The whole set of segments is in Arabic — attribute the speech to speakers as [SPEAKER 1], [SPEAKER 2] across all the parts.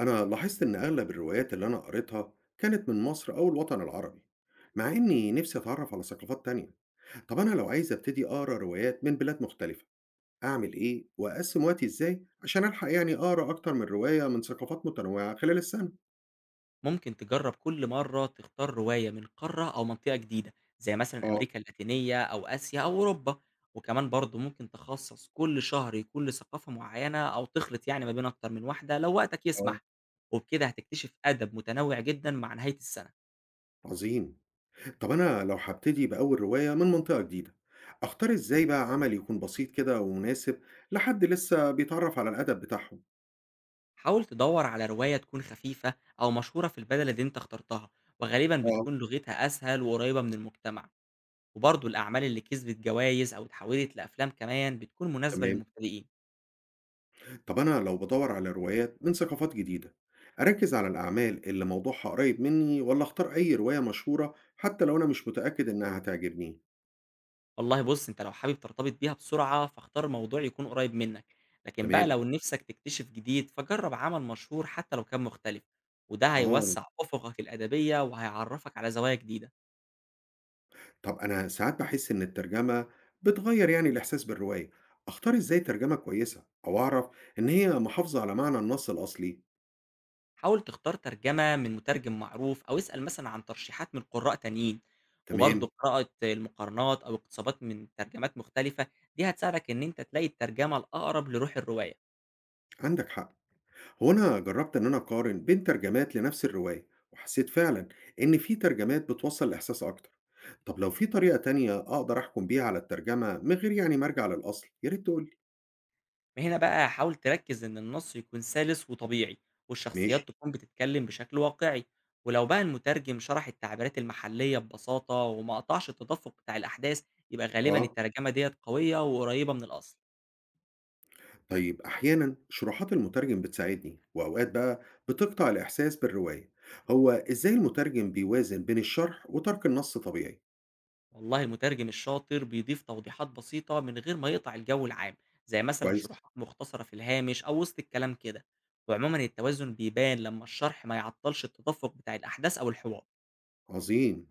[SPEAKER 1] أنا لاحظت إن أغلب الروايات اللي أنا قريتها كانت من مصر أو الوطن العربي، مع إني نفسي أتعرف على ثقافات تانية. طب أنا لو عايز أبتدي أقرأ روايات من بلاد مختلفة، أعمل إيه؟ وأقسم وقتي إزاي عشان ألحق يعني أقرأ أكتر من رواية من ثقافات متنوعة خلال السنة؟
[SPEAKER 2] ممكن تجرب كل مرة تختار رواية من قارة أو منطقة جديدة زي مثلا
[SPEAKER 1] اه.
[SPEAKER 2] أمريكا اللاتينية أو آسيا أو أوروبا. وكمان برضه ممكن تخصص كل شهر يكون لثقافة معينة أو تخلط يعني ما بين أكتر من واحدة لو وقتك
[SPEAKER 1] اه.
[SPEAKER 2] يسمح، وبكده هتكتشف أدب متنوع جدا مع نهاية السنة.
[SPEAKER 1] عظيم. طب أنا لو هبتدي بأول رواية من منطقة جديدة، أختار إزاي بقى عمل يكون بسيط كده ومناسب لحد لسه بيتعرف على الأدب بتاعهم؟
[SPEAKER 2] حاول تدور على رواية تكون خفيفة أو مشهورة في البلد اللي أنت اخترتها، وغالبا
[SPEAKER 1] اه.
[SPEAKER 2] بتكون لغتها أسهل وقريبة من المجتمع. وبرضه الأعمال اللي كسبت جوائز أو اتحولت لأفلام كمان بتكون مناسبة
[SPEAKER 1] تمام.
[SPEAKER 2] للمبتدئين.
[SPEAKER 1] طب أنا لو بدور على روايات من ثقافات جديدة، أركز على الأعمال اللي موضوعها قريب مني ولا أختار أي رواية مشهورة حتى لو أنا مش متأكد إنها هتعجبني؟
[SPEAKER 2] والله بُص، أنت لو حابب ترتبط بيها بسرعة، فاختار موضوع يكون قريب منك، لكن بقى
[SPEAKER 1] تمام.
[SPEAKER 2] لو نِفْسك تكتشف جديد، فجرّب عمل مشهور حتى لو كان مختلف، وده
[SPEAKER 1] آه.
[SPEAKER 2] هيوسّع أفقك الأدبية وهيعرّفك على زوايا جديدة.
[SPEAKER 1] طب أنا ساعات بحس إن الترجمة بتغير يعني الإحساس بالرواية. أختار إزاي ترجمة كويسة أو أعرف إن هي محافظة على معنى النص الأصلي؟
[SPEAKER 2] حاول تختار ترجمة من مترجم معروف أو اسأل مثلًا عن ترشيحات من قُراء تانيين،
[SPEAKER 1] تمام.
[SPEAKER 2] وبرضه قراءة المقارنات أو اقتباسات من ترجمات مختلفة، دي هتساعدك إن أنت تلاقي الترجمة الأقرب لروح الرواية.
[SPEAKER 1] عندك حق. هو أنا جربت إن أنا أقارن بين ترجمات لنفس الرواية وحسيت فعلا إن في ترجمات بتوصل الإحساس أكتر. طب لو في طريقة تانية أقدر أحكم بيها على الترجمة من غير يعني ما أرجع للأصل، يا ريت تقول لي.
[SPEAKER 2] هنا بقى حاول تركز إن النص يكون سلس وطبيعي
[SPEAKER 1] ماشي.
[SPEAKER 2] والشخصيات تكون بتتكلم بشكل واقعي، ولو بقى المترجم شرح التعبيرات المحلية ببساطة وما قطعش التدفق بتاع الأحداث يبقى غالبا
[SPEAKER 1] آه.
[SPEAKER 2] الترجمة ديت قوية وقريبة من الأصل.
[SPEAKER 1] طيب أحيانًا شروحات المترجم بتساعدني، وأوقات بقى بتقطع الإحساس بالرواية. هو إزاي المترجم بيوازن بين الشرح وترك النص طبيعي؟
[SPEAKER 2] والله المترجم الشاطر بيضيف توضيحات بسيطة من غير ما يقطع الجو العام، زي مثلا
[SPEAKER 1] كويس.
[SPEAKER 2] شروحات مختصرة في الهامش أو وسط الكلام كده. وعموما التوازن بيبان لما الشرح ما يعطلش التدفق بتاع الأحداث أو الحوار.
[SPEAKER 1] عظيم.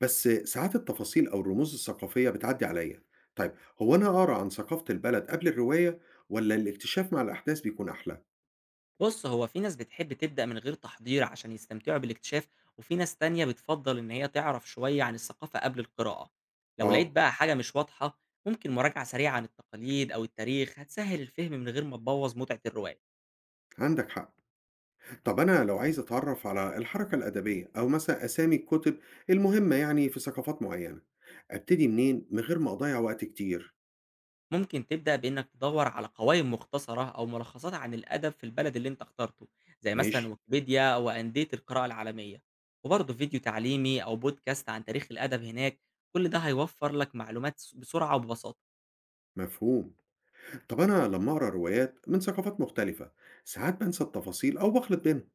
[SPEAKER 1] بس ساعات التفاصيل أو الرموز الثقافية بتعدي عليا. طيب، هو أنا أقرأ عن ثقافة البلد قبل الرواية ولا الاكتشاف مع الأحداث بيكون أحلى؟
[SPEAKER 2] بُص، هو في ناس بتحب تبدأ من غير تحضير عشان يستمتعوا بالاكتشاف، وفي ناس تانية بتفضّل إن هي تعرف شوية عن الثقافة قبل القراءة. لو لقيت
[SPEAKER 1] آه.
[SPEAKER 2] بقى حاجة مش واضحة، ممكن مراجعة سريعة عن التقاليد أو التاريخ هتسهِّل الفهم من غير ما تبوّظ متعة الرواية.
[SPEAKER 1] عندك حق. طب أنا لو عايز أتعرف على الحركة الأدبية أو مثلا أسامي الكتب المهمة يعني في ثقافات معينة، أبتدي منين من غير ما أضيع وقت كتير؟
[SPEAKER 2] ممكن تبدأ بإنك تدوّر على قوائم مختصرة أو ملخصات عن الأدب في البلد اللي أنت اخترته، زي مثلًا
[SPEAKER 1] ماشي.
[SPEAKER 2] ويكيبيديا أو أندية القراءة العالمية. وبرضه فيديو تعليمي أو بودكاست عن تاريخ الأدب هناك، كل ده هيوفّر لك معلومات بسرعة وببساطة.
[SPEAKER 1] مفهوم. طب أنا لما أقرأ روايات من ثقافات مختلفة ساعات بنسى التفاصيل أو بخلط بينهم،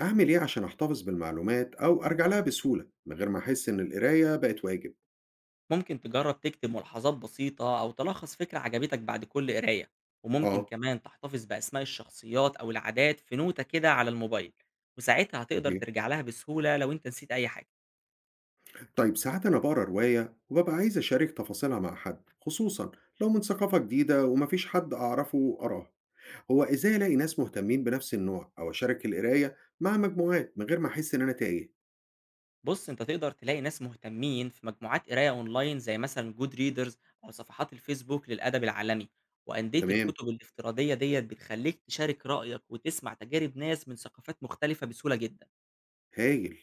[SPEAKER 1] أعمل إيه عشان أحتفظ بالمعلومات أو أرجع لها بسهولة من غير ما أحس إن القراية بقت واجب؟
[SPEAKER 2] ممكن تجرب تكتب ملاحظات بسيطة أو تلخص فكرة عجبتك بعد كل قراية، وممكن
[SPEAKER 1] آه.
[SPEAKER 2] كمان تحتفظ بأسماء الشخصيات أو العادات في نوتة كده على الموبايل، وساعتها هتقدر
[SPEAKER 1] صحيح.
[SPEAKER 2] ترجع لها بسهولة لو أنت نسيت أي حاجة.
[SPEAKER 1] طيب ساعات أنا بقرأ رواية وببقى عايز أشارك تفاصيلها مع حد، خصوصا لو من ثقافة جديدة ومفيش حد أعرفه قراها. هو ازاي الاقي ناس مهتمين بنفس النوع او اشارك القرايه مع مجموعات من غير ما احس ان انا تايه؟
[SPEAKER 2] بص، أنت تقدر تلاقي ناس مهتمين في مجموعات قراية أونلاين زي مثلا جود ريدرز أو صفحات الفيسبوك للأدب العالمي. وأندية
[SPEAKER 1] تمام.
[SPEAKER 2] الكتب الافتراضية ديت بتخليك تشارك رأيك وتسمع تجارب ناس من ثقافات مختلفة بسهولة جدا.
[SPEAKER 1] هايل.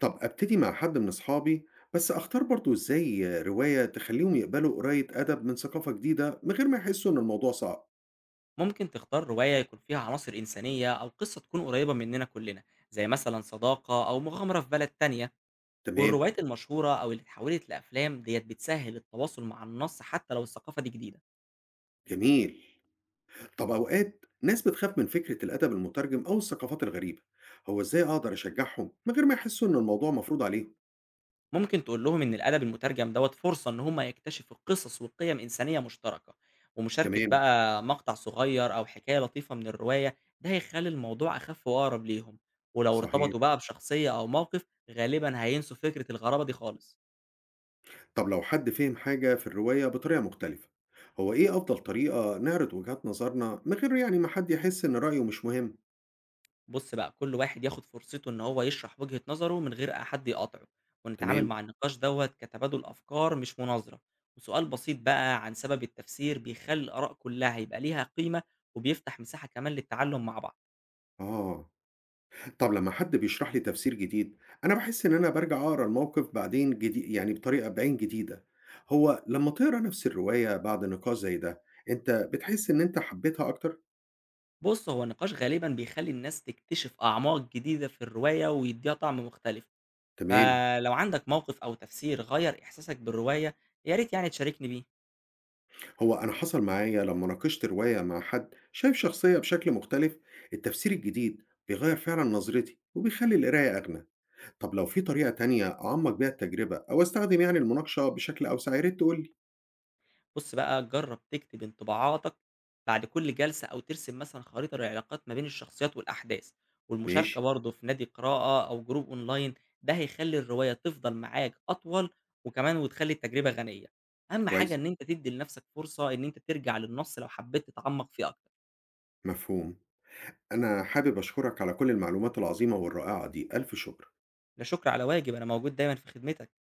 [SPEAKER 1] طب ابتدي مع حد من اصحابي، بس اختار برضو ازاي روايه تخليهم يقبلوا قرايه ادب من ثقافه جديده من غير ما يحسوا ان الموضوع صعب؟
[SPEAKER 2] ممكن تختار رواية يكون فيها عناصر إنسانية أو قصة تكون قريبة مننا كلنا، زي مثلا صداقة أو مغامرة في بلد تانية.
[SPEAKER 1] تمام.
[SPEAKER 2] والروايات المشهورة أو اللي اتحولت لأفلام ديت بتسهل التواصل مع النص حتى لو الثقافة دي جديدة.
[SPEAKER 1] جميل. طب اوقات ناس بتخاف من فكره الادب المترجم او الثقافات الغريبه، هو ازاي اقدر اشجعهم من غير ما يحسوا ان الموضوع مفروض عليهم؟
[SPEAKER 2] ممكن تقول لهم إن الأدب المترجم دوت فرصة إن هم يكتشفوا قصص وقيم إنسانية مشتركة، ومشاركة
[SPEAKER 1] تمام.
[SPEAKER 2] بقى مقطع صغير أو حكاية لطيفة من الرواية ده هيخلي الموضوع أخف وأقرب ليهم. ولو
[SPEAKER 1] صحيح.
[SPEAKER 2] ارتبطوا بقى بشخصية أو موقف غالبا هينسوا فكرة الغرابة دي خالص.
[SPEAKER 1] طب لو حد فهم حاجة في الرواية بطريقة مختلفة، هو إيه أفضل طريقة نعرض وجهات نظرنا من غير يعني ما حد يحس إن رأيه مش مهم؟
[SPEAKER 2] بُص بقى، كل واحد ياخد فرصته إن هو يشرح وجهة نظره من غير حد يقاطعه، ونتعامل
[SPEAKER 1] تمام؟
[SPEAKER 2] مع النقاش دوّة كتبادل أفكار مش مناظرة، وسؤال بسيط بقى عن سبب التفسير بيخلّي الآراء كلها يبقى ليها قيمة، وبيفتح مساحة كمان للتعلم مع بعض.
[SPEAKER 1] آه. طب لما حد بيشرح لي تفسير جديد أنا بحس إن أنا برجع أقرأ الموقف بعدين جديد يعني بطريقة بعين جديدة. هو لما تقرأ نفس الرواية بعد نقاش زي ده أنت بتحس إن أنت حبيتها أكتر؟
[SPEAKER 2] بُص، هو النقاش غالبًا بيخلّي الناس تكتشف أعماق جديدة في الرواية ويدّيها طعم مختلف،
[SPEAKER 1] تمام.
[SPEAKER 2] فلو عندك موقف أو تفسير غيّر إحساسك بالرواية، يا ريت يعني تشاركني بيه.
[SPEAKER 1] هو أنا حصل معايا لما ناقشت رواية مع حد شايف شخصية بشكل مختلف، التفسير الجديد بيغير فعلا نظرتي وبيخلي القراية أغنى. طب لو في طريقة تانية أعمق بيها التجربة أو أستخدم يعني المناقشة بشكل أوسع يا ريت تقولي.
[SPEAKER 2] بُص بقى، جرّب تكتب انطباعاتك بعد كل جلسة أو ترسم مثلًا خريطة للعلاقات ما بين الشخصيات والأحداث،
[SPEAKER 1] ماشي.
[SPEAKER 2] والمشاركة برضه في نادي قراءة أو جروب أونلاين، ده هيخلّي الرواية تفضل معاك أطول وكمان وتخلّي التجربة غنية. أهم حاجة
[SPEAKER 1] كويس.
[SPEAKER 2] إن أنت تدّي لنفسك فرصة إن أنت ترجع للنص لو حبّيت تتعمّق فيه أكتر.
[SPEAKER 1] مفهوم. أنا حابب أشكرك على كل المعلومات العظيمة والرائعة دي، ألف شكر.
[SPEAKER 2] لا شكر على واجب، أنا موجود دايمًا في خدمتك.